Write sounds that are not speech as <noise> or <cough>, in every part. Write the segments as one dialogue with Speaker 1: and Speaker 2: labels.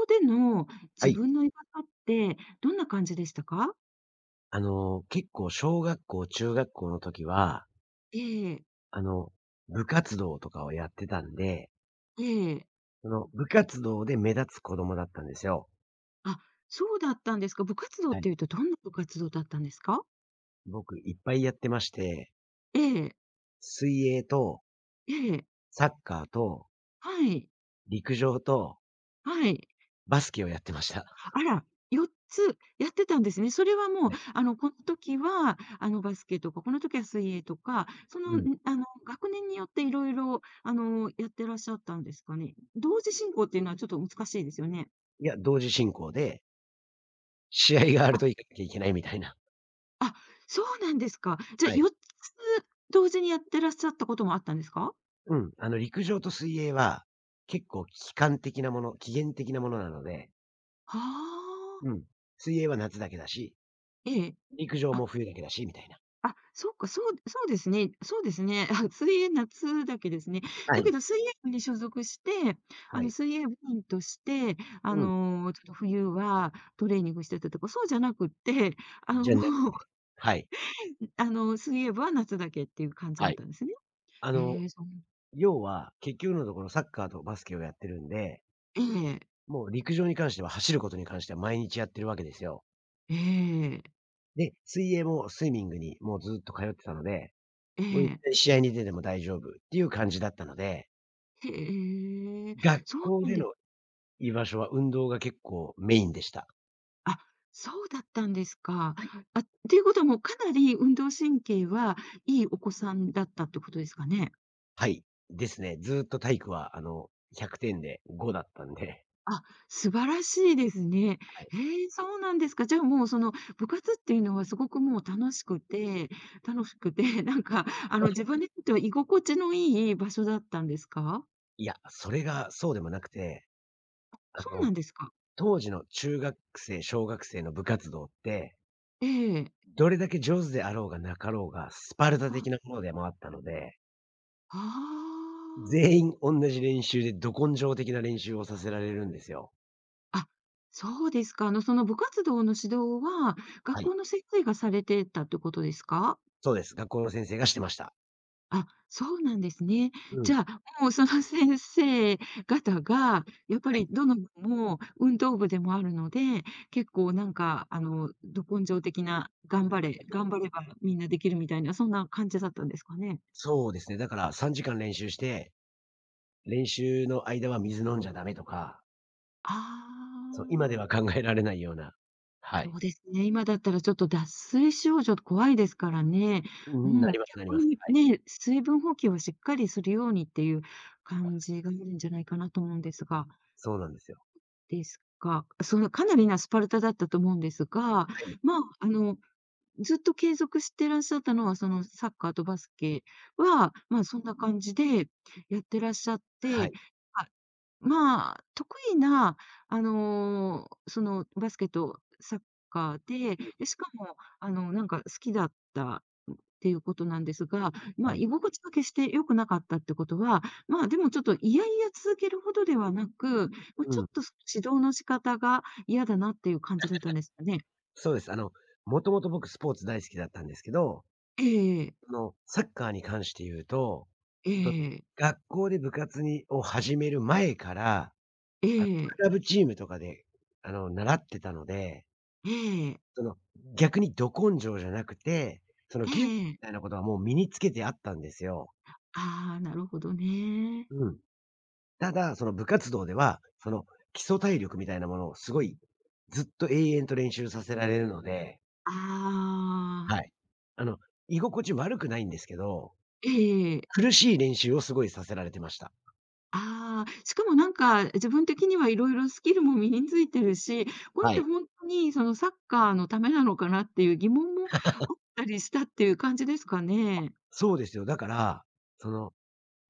Speaker 1: こでの
Speaker 2: は
Speaker 1: 自
Speaker 2: い。
Speaker 1: 分の居場所ってどんな感じでしたか？
Speaker 2: 結構小学校、中学校の時は、
Speaker 1: ええ、
Speaker 2: あの、部活動とかをやってたんで、
Speaker 1: ええ。
Speaker 2: その部活動で目立つ子供だったんですよ。
Speaker 1: あ、そうだったんですか。部活動っ
Speaker 2: はい。
Speaker 1: ていうとどんな部活動だったんですか？
Speaker 2: 僕いっぱいやってまして、
Speaker 1: ええ、
Speaker 2: 水泳と
Speaker 1: ええ。
Speaker 2: サッカーと
Speaker 1: はい、
Speaker 2: 陸上と
Speaker 1: はい。
Speaker 2: バスケをやってました。<laughs>
Speaker 1: あら、4つやってたんですね。それはもう、
Speaker 2: はい。
Speaker 1: この時は、バスケとか、この時は水泳とか、
Speaker 2: うん。
Speaker 1: 学年によっていろいろやってらっしゃったんですかね？同時進行っていうのはちょっと難しいですよね。
Speaker 2: いや、同時進行で、試合がある
Speaker 1: あ
Speaker 2: と行かなきゃいけないみたいな。
Speaker 1: あ、そうなんですか。じゃ
Speaker 2: は
Speaker 1: あ、
Speaker 2: い。
Speaker 1: 4つ同時にやってらっしゃったこともあったんですか？
Speaker 2: うん。陸上と水泳は、結構期間的なもの、期限的なものなので、
Speaker 1: はあ、
Speaker 2: うん。水泳は夏だけだし、
Speaker 1: ええ。
Speaker 2: 陸上
Speaker 1: あ、
Speaker 2: も冬だけだしみたいな。
Speaker 1: あ、そうか、そうですね、そうですね。あ、水泳夏だけですね。
Speaker 2: は
Speaker 1: だけ
Speaker 2: い、
Speaker 1: ど水泳部に所属して、
Speaker 2: はい。
Speaker 1: 水泳部員として、
Speaker 2: うん、
Speaker 1: ちょっと冬はトレーニングしてたとか、そうじゃなくって、あの、
Speaker 2: じゃなく
Speaker 1: もう、
Speaker 2: てはい。
Speaker 1: あの、水泳部は夏だけっていう感じ
Speaker 2: は
Speaker 1: だっ
Speaker 2: い。
Speaker 1: たんですね。
Speaker 2: あの、
Speaker 1: ええ、そう
Speaker 2: 要は、結局のところサッカーとバスケをやってるんで、
Speaker 1: ええ、
Speaker 2: もう陸上に関しては走ることに関しては毎日やってるわけですよ。
Speaker 1: ええ、
Speaker 2: で、水泳もスイミングにもうずっと通ってたので、
Speaker 1: え
Speaker 2: もう一
Speaker 1: え。
Speaker 2: 回試合に出ても大丈夫っていう感じだったので、
Speaker 1: へえ、
Speaker 2: 学
Speaker 1: そう
Speaker 2: 校
Speaker 1: なん
Speaker 2: で
Speaker 1: で
Speaker 2: の
Speaker 1: す
Speaker 2: 居場所は運動が結構メインでした。
Speaker 1: あ、そうだったんですか。あ、っていうことはもうかなり運動神経はいいお子さんだったってことですかね？
Speaker 2: はい。ですね。ずっと体育は100点で5だったんで。
Speaker 1: あ、素晴らしいですね。
Speaker 2: はい。
Speaker 1: へえ、そうなんですか。じゃあもうその部活っていうのはすごくもう楽しくて、自分にとっては居心地のいい場所だったんですか？
Speaker 2: いや、それがそうでもなくて、あ
Speaker 1: そうな
Speaker 2: の、
Speaker 1: んですか。
Speaker 2: 当時の中学生、小学生の部活動って、
Speaker 1: ええ。
Speaker 2: どれだけ上手であろうがなかろうが、スパルタ的な
Speaker 1: あ、
Speaker 2: ものでもあったので、
Speaker 1: ああ。
Speaker 2: 全員同じ練習でど根性的な練習をさせられるんですよ。
Speaker 1: あ、そうですか。あのその部活動の指導は、学
Speaker 2: はい。
Speaker 1: 校の先生がされてたってことですか？
Speaker 2: そうです。学校の先生がしてました。
Speaker 1: あ、そうなんですね。
Speaker 2: う
Speaker 1: じ
Speaker 2: ん。
Speaker 1: ゃあ、もうその先生方が、やっぱ
Speaker 2: はい。
Speaker 1: りどの部も運動部でもあるので、結構なんか、あの、ど根性的な、頑張れ頑張ればみんなできるみたいな、そんな感じだったんですかね？
Speaker 2: そうですね。だから3時間練習して、練習の間は水飲んじゃダメとか、
Speaker 1: あ
Speaker 2: そう、今で
Speaker 1: あ、
Speaker 2: は考えられないような、は
Speaker 1: そ
Speaker 2: い。
Speaker 1: うですね。今だったらちょっと脱水症状怖いですからね。
Speaker 2: うん、な
Speaker 1: も
Speaker 2: り
Speaker 1: う
Speaker 2: ますなり
Speaker 1: 逆
Speaker 2: ます。
Speaker 1: に
Speaker 2: はい。
Speaker 1: ね、水分補給をしっかりするようにっていう感じがあるんじゃないかなと思うんですが。
Speaker 2: そうなんですよ。
Speaker 1: ですか。そのかなりなスパルタだったと思うんですが、
Speaker 2: はい。
Speaker 1: まあ、あの、ずっと継続してらっしゃったのは、そのサッカーとバスケは、まあ、そんな感じでやってらっしゃっ
Speaker 2: は
Speaker 1: て、
Speaker 2: い。
Speaker 1: あ、得意な、そのバスケとサッカーで、で、しかも、好きだったっていうことなんですが、ま
Speaker 2: は
Speaker 1: あ、
Speaker 2: い。
Speaker 1: 居心地が決して良くなかったってことは、まあ、でもちょっと嫌々続けるほどではなく、ま、
Speaker 2: う
Speaker 1: ちょ
Speaker 2: ん。
Speaker 1: っと指導の仕方が嫌だなっていう感じだったんですかね？
Speaker 2: そうです。もともと僕スポーツ大好きだったんですけど、
Speaker 1: ええ。
Speaker 2: サッカーに関して言うと、
Speaker 1: え
Speaker 2: そ
Speaker 1: え。
Speaker 2: 学校で部活にを始める前から、
Speaker 1: ええ、
Speaker 2: クラブチームとかで、習ってたので、
Speaker 1: ええ、ええ
Speaker 2: その、逆にど根性じゃなくて、その、
Speaker 1: え
Speaker 2: 技術
Speaker 1: えええ
Speaker 2: みたいなことはもう身につけてあったんですよ。
Speaker 1: ああ、なるほどね。
Speaker 2: うん。ただ、その部活動では、その、基礎体力みたいなものをすごい、ずっと永遠と練習させられるので、
Speaker 1: あ
Speaker 2: は
Speaker 1: あ、
Speaker 2: い。あの、居心地悪くないんですけど
Speaker 1: ええ、
Speaker 2: 苦しい練習をすごいさせられてました。
Speaker 1: ああ、しかもなんか、自分的にはいろいろスキルも身についてるし、これっ
Speaker 2: は
Speaker 1: て
Speaker 2: い。
Speaker 1: ほんとにそのサッカーのためなのかなっていう疑問もあったりしたっていう感じですかね？
Speaker 2: そうですよ。だから、その、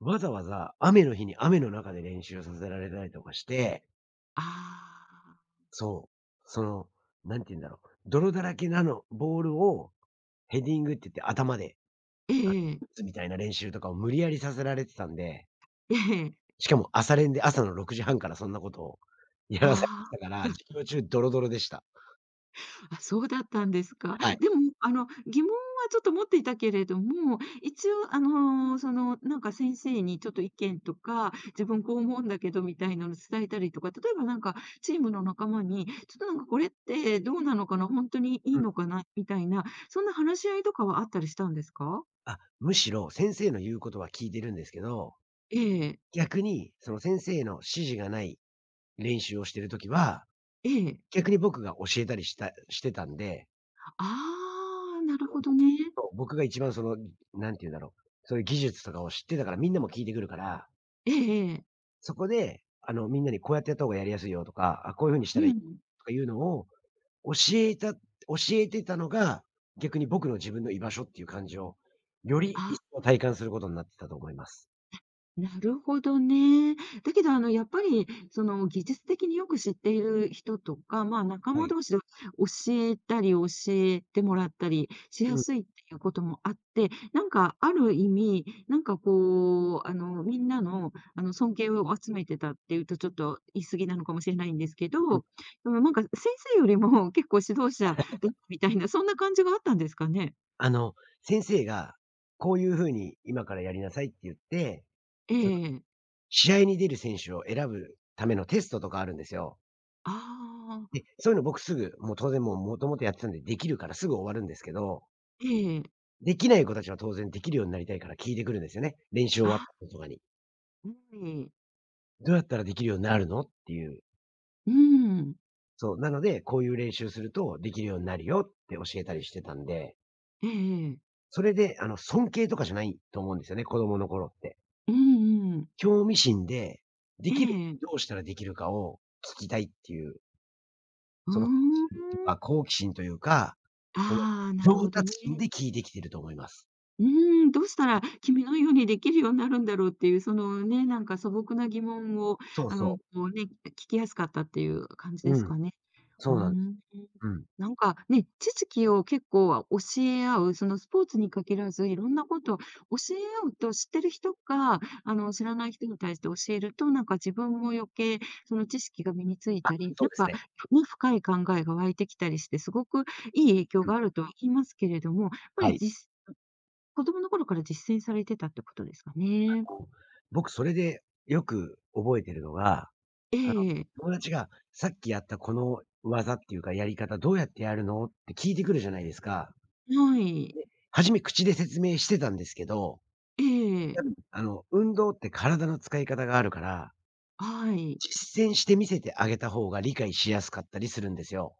Speaker 2: わざわざ雨の日に雨の中で練習させられたりとかして、
Speaker 1: ああ、
Speaker 2: そう、その、なんて言うんだろう、泥だらけなの、ボールをヘディングって言って頭で、あ
Speaker 1: ええ
Speaker 2: 打つみたいな練習とかを無理やりさせられてたんで、
Speaker 1: ええ、ええ、
Speaker 2: しかも朝練で朝の6時半からそんなことをやらされて
Speaker 1: あ
Speaker 2: た
Speaker 1: あ。
Speaker 2: から、授業中ドロドロでした。
Speaker 1: あ、そうだったんですか。
Speaker 2: はい。
Speaker 1: でも、疑問はちょっと持っていたけれども、一応、先生にちょっと意見とか、自分こう思うんだけどみたいなの伝えたりとか、例えばなんかチームの仲間に、ちょっとなんかこれってどうなのかな、本当にい
Speaker 2: う
Speaker 1: い
Speaker 2: ん。
Speaker 1: のかなみたいな、そんな話し合いとかはあったりしたんですか？
Speaker 2: あ、むしろ先生の言うことは聞いてるんですけど、
Speaker 1: ええ、
Speaker 2: 逆に、その先生の指示がない練習をしてるときは、
Speaker 1: ええ。
Speaker 2: 逆に僕が教えたりしてたんで、
Speaker 1: ああ、なるほど
Speaker 2: <unintelligible>
Speaker 1: ね。
Speaker 2: そう、僕が一番その、なんて言うんだろう、そういう技術とかを知ってたから、みんなも聞いてくるから、
Speaker 1: ええええ。
Speaker 2: そこで、みんなにこうやってやった方がやりやすいよとか、あ、こういう風にし
Speaker 1: う
Speaker 2: たらいい
Speaker 1: ん。
Speaker 2: とかいうのを教えてたのが、逆に僕の自分の居場所っていう感じを、より
Speaker 1: あ、
Speaker 2: 一層体感することになってたと思います。
Speaker 1: なるほどね。だけど、あの、やっぱり、その、技術的によく知っている人とか、まあ、仲
Speaker 2: は
Speaker 1: 間
Speaker 2: い。
Speaker 1: 同士で教えたり、教えてもらったりし
Speaker 2: う
Speaker 1: や
Speaker 2: んう
Speaker 1: すいっていうこともあって、なんか、ある意味、なんか、こう、あの、みんなの、あの、尊敬を集めてたっていうと、ちょっと言い過ぎなのかもしれないんですけ
Speaker 2: ん、
Speaker 1: ど、でもなんか、先生よりも結構指導者だったみたいな、そんな感じがあったんですかね。
Speaker 2: あの、先生が、こういう風に今からやりなさいって言って、
Speaker 1: え
Speaker 2: その、
Speaker 1: え。
Speaker 2: 試合に出る選手を選ぶためのテストとかあるんですよ。
Speaker 1: ああ、
Speaker 2: で、そういうの僕すぐ、もう当然もう元々やってたんでできるからすぐ終わるんですけど、
Speaker 1: ええ。
Speaker 2: できない子たちは当然できるようになりたいから聞いてくるんですよね。練習終わった
Speaker 1: あ、
Speaker 2: 後とかに。
Speaker 1: はい。
Speaker 2: どうやったらできるようになるのっていう。
Speaker 1: うん。
Speaker 2: そう、なので、こういう練習するとできるようになるよって教えたりしてたんで、
Speaker 1: ええええ。
Speaker 2: それで尊敬とかじゃないと思うんですよね、子供の頃って。
Speaker 1: うんうん。
Speaker 2: 興味心で、で
Speaker 1: え
Speaker 2: きる
Speaker 1: え。
Speaker 2: どうしたらできるかを聞きたいっていう、
Speaker 1: う
Speaker 2: その、
Speaker 1: ー
Speaker 2: と
Speaker 1: ん。
Speaker 2: か好奇心というか、その
Speaker 1: ああ、なる
Speaker 2: 上
Speaker 1: ほどね。
Speaker 2: 達心で聞いてきてると思います。
Speaker 1: うーん、どうしたら君のようにできるようになるんだろうっていう、そのね、なんか素朴な疑問を、
Speaker 2: そうそう。
Speaker 1: こうね、聞きやすかったっていう感じ
Speaker 2: う
Speaker 1: です
Speaker 2: ん、
Speaker 1: かね。う
Speaker 2: そ
Speaker 1: ー
Speaker 2: うなんです。
Speaker 1: ん。
Speaker 2: うん。
Speaker 1: なんかね、知識を結構教え合う、そのスポーツに限らず、いろんなことを教え合うと、知ってる人が、知らない人に対して教えると、なんか自分も余計その知識が身についたり、
Speaker 2: そ
Speaker 1: な
Speaker 2: う
Speaker 1: ん
Speaker 2: です
Speaker 1: か、
Speaker 2: ね。
Speaker 1: ね、深い考えが湧いてきたりして、すごくいい影響
Speaker 2: うん。
Speaker 1: があるとは言いますけれども、やっぱ
Speaker 2: は
Speaker 1: り
Speaker 2: い。
Speaker 1: 実子供の頃から実践されてたってことですかね。
Speaker 2: あの、僕それでよく覚えてるのが、
Speaker 1: え
Speaker 2: あの、
Speaker 1: え、
Speaker 2: 友達がさっきやったこの技っていうかやり方どうやってやるのって聞いてくるじゃないですか。
Speaker 1: はい。
Speaker 2: 初め口で説明してたんですけど、
Speaker 1: ええ、
Speaker 2: 多分運動って体の使い方があるから
Speaker 1: はい。
Speaker 2: 実践して見せてあげた方が理解しやすかったりするんですよ。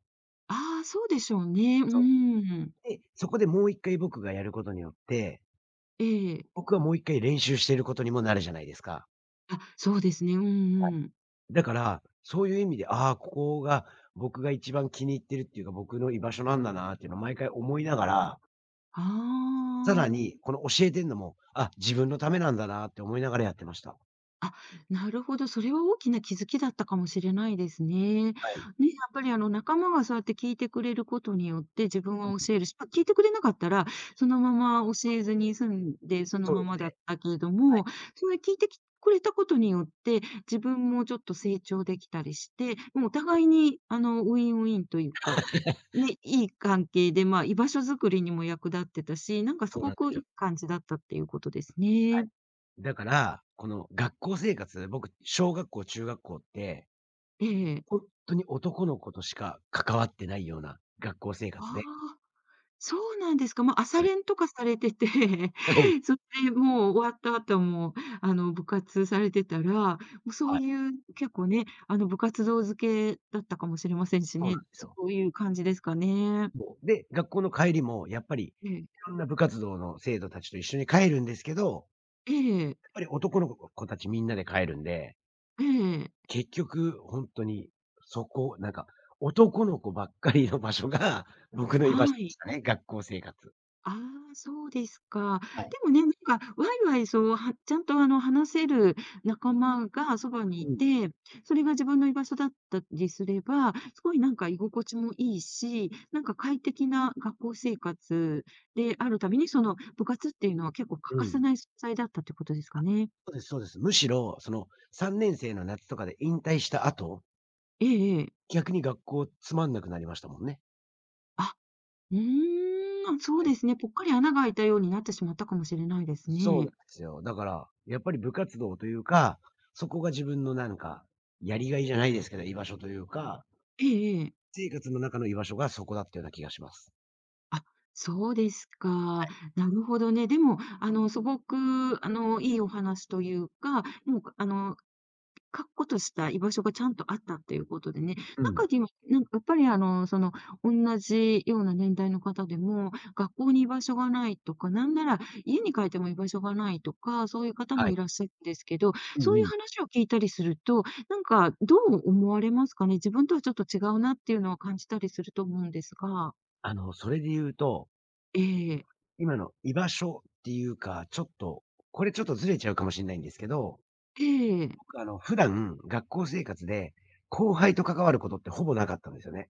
Speaker 1: ああ、そうでしょうね。う
Speaker 2: そう。
Speaker 1: ん。
Speaker 2: で、そこでもう1回僕がやることによって、
Speaker 1: ええ。
Speaker 2: 僕はもう1回練習してることにもなるじゃないですか。
Speaker 1: あ、そうですね。うんうん。
Speaker 2: だから、そういう意味で、ああ、ここが僕が一番気に入ってるっていうか、僕の居場所なんだなっていうのを毎回思いながら、
Speaker 1: あ、
Speaker 2: さら
Speaker 1: あ
Speaker 2: に、この教えてんのも、あ、自分のためなんだなって思いながらやってました。
Speaker 1: あ、なるほど、それは大きな気づきだったかもしれないですね。ね、や
Speaker 2: はい。
Speaker 1: っぱりあの仲間がそうやって聞いてくれることによって、自分
Speaker 2: うん、
Speaker 1: は教えるし、まあ、聞いてくれなかったら、そのまま教えずに済んで、その
Speaker 2: そう
Speaker 1: ま
Speaker 2: です
Speaker 1: まだ
Speaker 2: ね。
Speaker 1: ったけれど
Speaker 2: はい。
Speaker 1: も、それ聞いてきくれたことによって、自分もちょっと成長できたりして、もうお互いにウィンウィンというか、
Speaker 2: <laughs>
Speaker 1: ね、いい関係で、まあ、居場所づくりにも役立ってたし、なんかす
Speaker 2: そうな
Speaker 1: ご
Speaker 2: んで
Speaker 1: く
Speaker 2: す
Speaker 1: い
Speaker 2: よ。
Speaker 1: い感じだったっていうことです
Speaker 2: は
Speaker 1: ね。
Speaker 2: い。だから、この学校生活、僕、小学校、中学校って、
Speaker 1: ええ。
Speaker 2: ほんとに男の子としか関わってないような学校生
Speaker 1: あ
Speaker 2: 活で。
Speaker 1: あ。そうなんですか。まあ、朝
Speaker 2: はい。
Speaker 1: 練とかされてて、
Speaker 2: うん、
Speaker 1: <laughs> それでもう終わった後も、部活されてたら、もうそ
Speaker 2: は
Speaker 1: う
Speaker 2: い、
Speaker 1: いう結構ね、部活動付けだったかもしれませんし
Speaker 2: そうなん
Speaker 1: ね、
Speaker 2: です
Speaker 1: そ
Speaker 2: よ。
Speaker 1: ういう感じですかね。
Speaker 2: そう。で、学校の帰りもやっぱり、い
Speaker 1: ええ。
Speaker 2: ろんな部活動の生徒たちと一緒に帰るんですけど、
Speaker 1: ええ。
Speaker 2: やっぱり男の子たちみんなで帰るんで、
Speaker 1: ええ。
Speaker 2: 結局ほんとに、そこ、なんか、男の子ばっかりの場所が <laughs> 僕の居場所
Speaker 1: は
Speaker 2: でし
Speaker 1: い。
Speaker 2: たね、学校生活。
Speaker 1: ああ、そうですか。
Speaker 2: はい。
Speaker 1: でもね、なんかワイワイそう、はちゃんとあの話せる仲間がそばにい
Speaker 2: うん、
Speaker 1: て、それが自分の居場所だったりすれば、すごいなんか居心地もいいし、なんか快適な学校生活であるために、その部活っていうのは結構欠
Speaker 2: う
Speaker 1: かせ
Speaker 2: ん。
Speaker 1: ない存在だったってことですかね。
Speaker 2: そうですそうです。むしろ、その3年生の夏とかで引退した後、
Speaker 1: ええええ。
Speaker 2: 逆に学校つまんなくなりましたもんね。
Speaker 1: あ、うーん、そうですね。ぽっかり穴が開いたようになってしまったかもしれないです
Speaker 2: そうなん
Speaker 1: ね。
Speaker 2: ですよ。だから、やっぱり部活動というか、そこが自分のなんか、やりがいじゃないですけど、居場所というか、
Speaker 1: ええええ。
Speaker 2: 生活の中の居場所がそこだったような気がします。
Speaker 1: あ、そうですか。なるほどね。でも、あの、すごく、あの、いいお話というか、もう、あの、確固とした居場所がちゃんとあったということでね、
Speaker 2: うん。
Speaker 1: 中には、なんかやっぱり、あの、その、同じような年代の方でも、学校に居場所がないとか、なんなら家に帰っても居場所がないとか、そういう方
Speaker 2: は
Speaker 1: も
Speaker 2: い。
Speaker 1: いらっしゃるんですけど、
Speaker 2: う
Speaker 1: そう
Speaker 2: ん
Speaker 1: い
Speaker 2: う
Speaker 1: う
Speaker 2: ん。
Speaker 1: 話を聞いたりすると、なんかどう思われますかね？自分とはちょっと違うなっていうのは感じたりすると思うんですが。
Speaker 2: それで言うと、
Speaker 1: ええ。
Speaker 2: 今の居場所っていうか、ちょっと、これちょっとずれちゃうかもしれないんですけど、
Speaker 1: ええ。
Speaker 2: 僕普段、学校生活で、後輩と関わることってほぼなかったんですよね。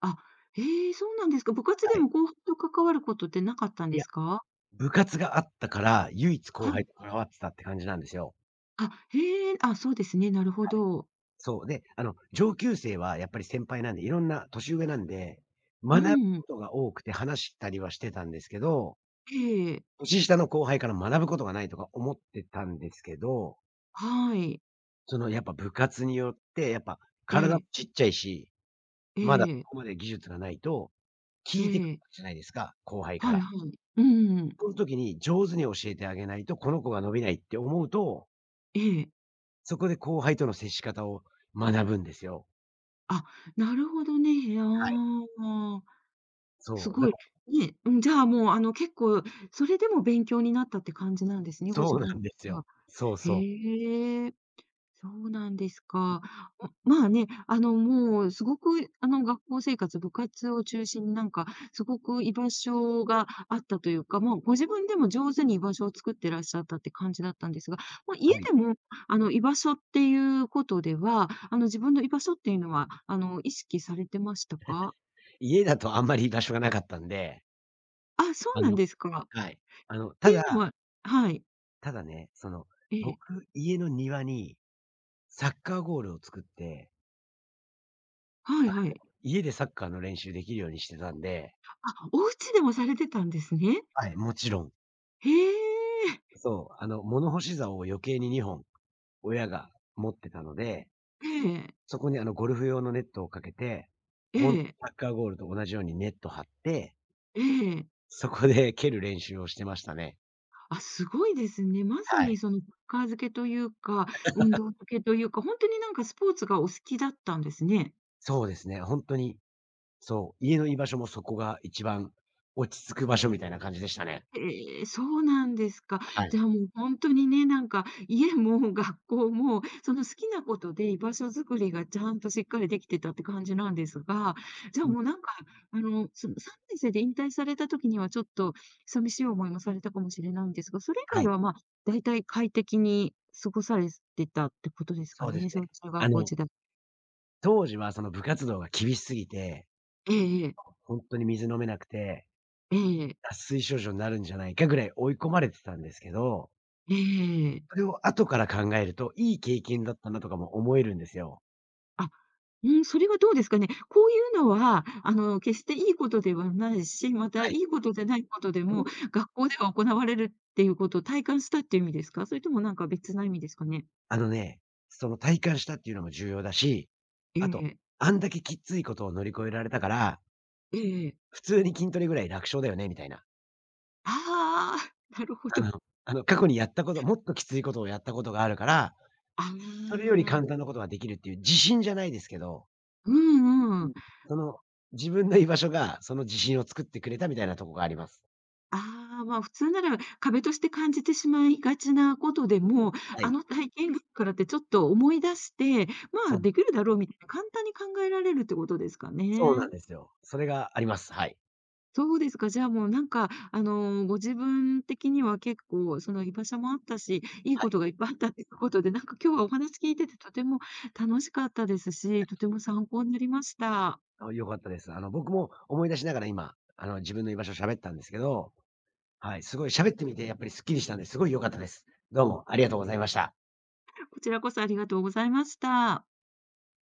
Speaker 1: あ、へえ、そうなんですか。部活で
Speaker 2: はい。
Speaker 1: も後輩と関わることってなかったん
Speaker 2: い
Speaker 1: で
Speaker 2: や、
Speaker 1: すか？
Speaker 2: 部活があったから、唯一後
Speaker 1: は
Speaker 2: 輩
Speaker 1: い。
Speaker 2: と関わってたって感じなんですよ。
Speaker 1: あ、へえ、あ、そうですね、なるほど。
Speaker 2: そう。で、上級生はやっぱり先輩なんで、いろんな年上なんで、
Speaker 1: う
Speaker 2: 学ぶ
Speaker 1: ん。
Speaker 2: ことが多くて話したりはしてたんですけど、
Speaker 1: ええ。
Speaker 2: 年下の後輩から学ぶことがないとか思ってたんですけど、
Speaker 1: はい。
Speaker 2: そのやっぱ部活によって、やっぱ
Speaker 1: え
Speaker 2: 体も
Speaker 1: え、
Speaker 2: ちっちゃいし、
Speaker 1: え
Speaker 2: まだこ
Speaker 1: え、
Speaker 2: こまで技術がないと、聞
Speaker 1: え
Speaker 2: いてくる
Speaker 1: え。
Speaker 2: じゃないですか、後輩か
Speaker 1: は
Speaker 2: ら。
Speaker 1: いはい。うん。
Speaker 2: その時に上手に教えてあげないと、この子が伸びないって思うと、
Speaker 1: ええ。
Speaker 2: そこで後輩との接し方を学ぶんですよ。
Speaker 1: あ、なるほどね。
Speaker 2: はい。
Speaker 1: ああ、す
Speaker 2: そう。だ
Speaker 1: ごい。ね、うん、じゃあ、もう、あの、結構それでも勉強になったって感じなんですね、ご
Speaker 2: そ
Speaker 1: 自
Speaker 2: うな
Speaker 1: 分
Speaker 2: んです
Speaker 1: には。
Speaker 2: よ。そうそう。
Speaker 1: へえ。そうなんですか。あまあね、あの、もうすごく、あの、学校生活、部活を中心になんか、すごく居場所があったというか、もうご自分でも上手に居場所を作ってらっしゃったって感じだったんですが、まあ、
Speaker 2: は
Speaker 1: 家
Speaker 2: い。
Speaker 1: でも、居場所っていうことでは、自分の居場所っていうのは、意識されてましたか？
Speaker 2: 家だとあんまり居場所がなかったんで、
Speaker 1: あ、そ
Speaker 2: あ
Speaker 1: うなん
Speaker 2: の
Speaker 1: ですか。っ
Speaker 2: はい。
Speaker 1: て
Speaker 2: た
Speaker 1: いうの
Speaker 2: だ、
Speaker 1: ははい。
Speaker 2: ただね、その、
Speaker 1: え
Speaker 2: 僕、
Speaker 1: え。
Speaker 2: 家の庭にサッカーゴールを作って、
Speaker 1: は
Speaker 2: あ
Speaker 1: いはい。
Speaker 2: の、家でサッカーの練習できるようにしてたんで、
Speaker 1: あ、お家でもされてたんですね。
Speaker 2: はい、もちろん。
Speaker 1: へえ。
Speaker 2: そう、物干し竿を余計に2本、親が持ってたので、
Speaker 1: ええ、
Speaker 2: そこにゴルフ用のネットをかけて、
Speaker 1: え
Speaker 2: ほんと
Speaker 1: え。
Speaker 2: サッカーゴールと同じようにネット張って、
Speaker 1: ええ。
Speaker 2: そこで蹴る練習をしてましたね。
Speaker 1: あ、すごいですね。まさ
Speaker 2: は
Speaker 1: に
Speaker 2: い。
Speaker 1: そのサッカー漬けというか、運動漬けというか、ほんとになんかスポーツがお好きだったんですね。
Speaker 2: そうですね、ほんとにそう、家の居場所もそこが一番落ち着く場所みたいな感じでしたね。
Speaker 1: ええ、そうなんですか。
Speaker 2: はい。
Speaker 1: じゃあ、もう本当にね、なんか家も学校も、その好きなことで居場所づくりがちゃんとしっかりできてたって感じなんですが、じゃあ、
Speaker 2: うん、
Speaker 1: もうなんか、あの、その3年生で引退された時にはちょっと寂しい思いもされたかもしれないんですが、それ
Speaker 2: は
Speaker 1: 以外
Speaker 2: い、
Speaker 1: は、ま、あ大体快適に過ごされてたってことですか
Speaker 2: そうです
Speaker 1: ね？
Speaker 2: ね。
Speaker 1: 小中学
Speaker 2: あ
Speaker 1: 校
Speaker 2: の、
Speaker 1: 時代
Speaker 2: 当時はその部活動が厳しすぎて、ほんとに水飲めなくて、
Speaker 1: ええ。
Speaker 2: 脱水症状になるんじゃないかぐらい追い込まれてたんですけど、
Speaker 1: ええええ。
Speaker 2: それを後から考えると、いい経
Speaker 1: え
Speaker 2: 験
Speaker 1: え。
Speaker 2: だったなとかも思えるんですよ。
Speaker 1: あ、うん、それはどうですかね。こういうのは、決していいことではないし、また
Speaker 2: は
Speaker 1: い
Speaker 2: い。
Speaker 1: いことでないことでも、学校では行われるっていうことを体感したっていう意味ですか？それともなんか別な意味ですかね？
Speaker 2: あのね、その体感したっていうのも重要だし、
Speaker 1: え
Speaker 2: あと、
Speaker 1: え、
Speaker 2: あんだけきっついことを乗り越えられたから、
Speaker 1: ええ。
Speaker 2: 普通に筋トレぐらい楽勝だよねみたいな。
Speaker 1: ああ、なるほ
Speaker 2: あ
Speaker 1: ど。
Speaker 2: の過去にやったこと、もっときついことをやったことがあるから、
Speaker 1: あ
Speaker 2: それより
Speaker 1: あ、
Speaker 2: 簡単なことができるっていう自信じゃないですけど、
Speaker 1: うんう
Speaker 2: うん。
Speaker 1: ん。
Speaker 2: その、自分の居場所が、その自信を作ってくれたみたいなとこがあります。
Speaker 1: ああ、ま、普通なら壁として感じてしまいがちなことでも、
Speaker 2: は
Speaker 1: あ
Speaker 2: い。
Speaker 1: の体験があるからってちょっと思い出して、ま
Speaker 2: そう
Speaker 1: あ、できるだろうみたいな簡単に考えられるってことですか
Speaker 2: そうな
Speaker 1: ね？
Speaker 2: んですよ。それがあります。はい。
Speaker 1: そうですか。じゃあもうなんか、ご自分的には結構その居場所もあったし、いい
Speaker 2: は
Speaker 1: こ
Speaker 2: い。
Speaker 1: とがいっぱいあったっていうことで、なんか今日はお話聞いててとても楽しかったですし、とても参考になりました。
Speaker 2: あ、良かったです。僕も思い出しながら今、自分の居場所喋ったんですけど、はい、すごい喋ってみてやっぱりすっきりしたんで、すごい良かったです。どうもありがとうございました。
Speaker 1: こちらこそありがとうございました。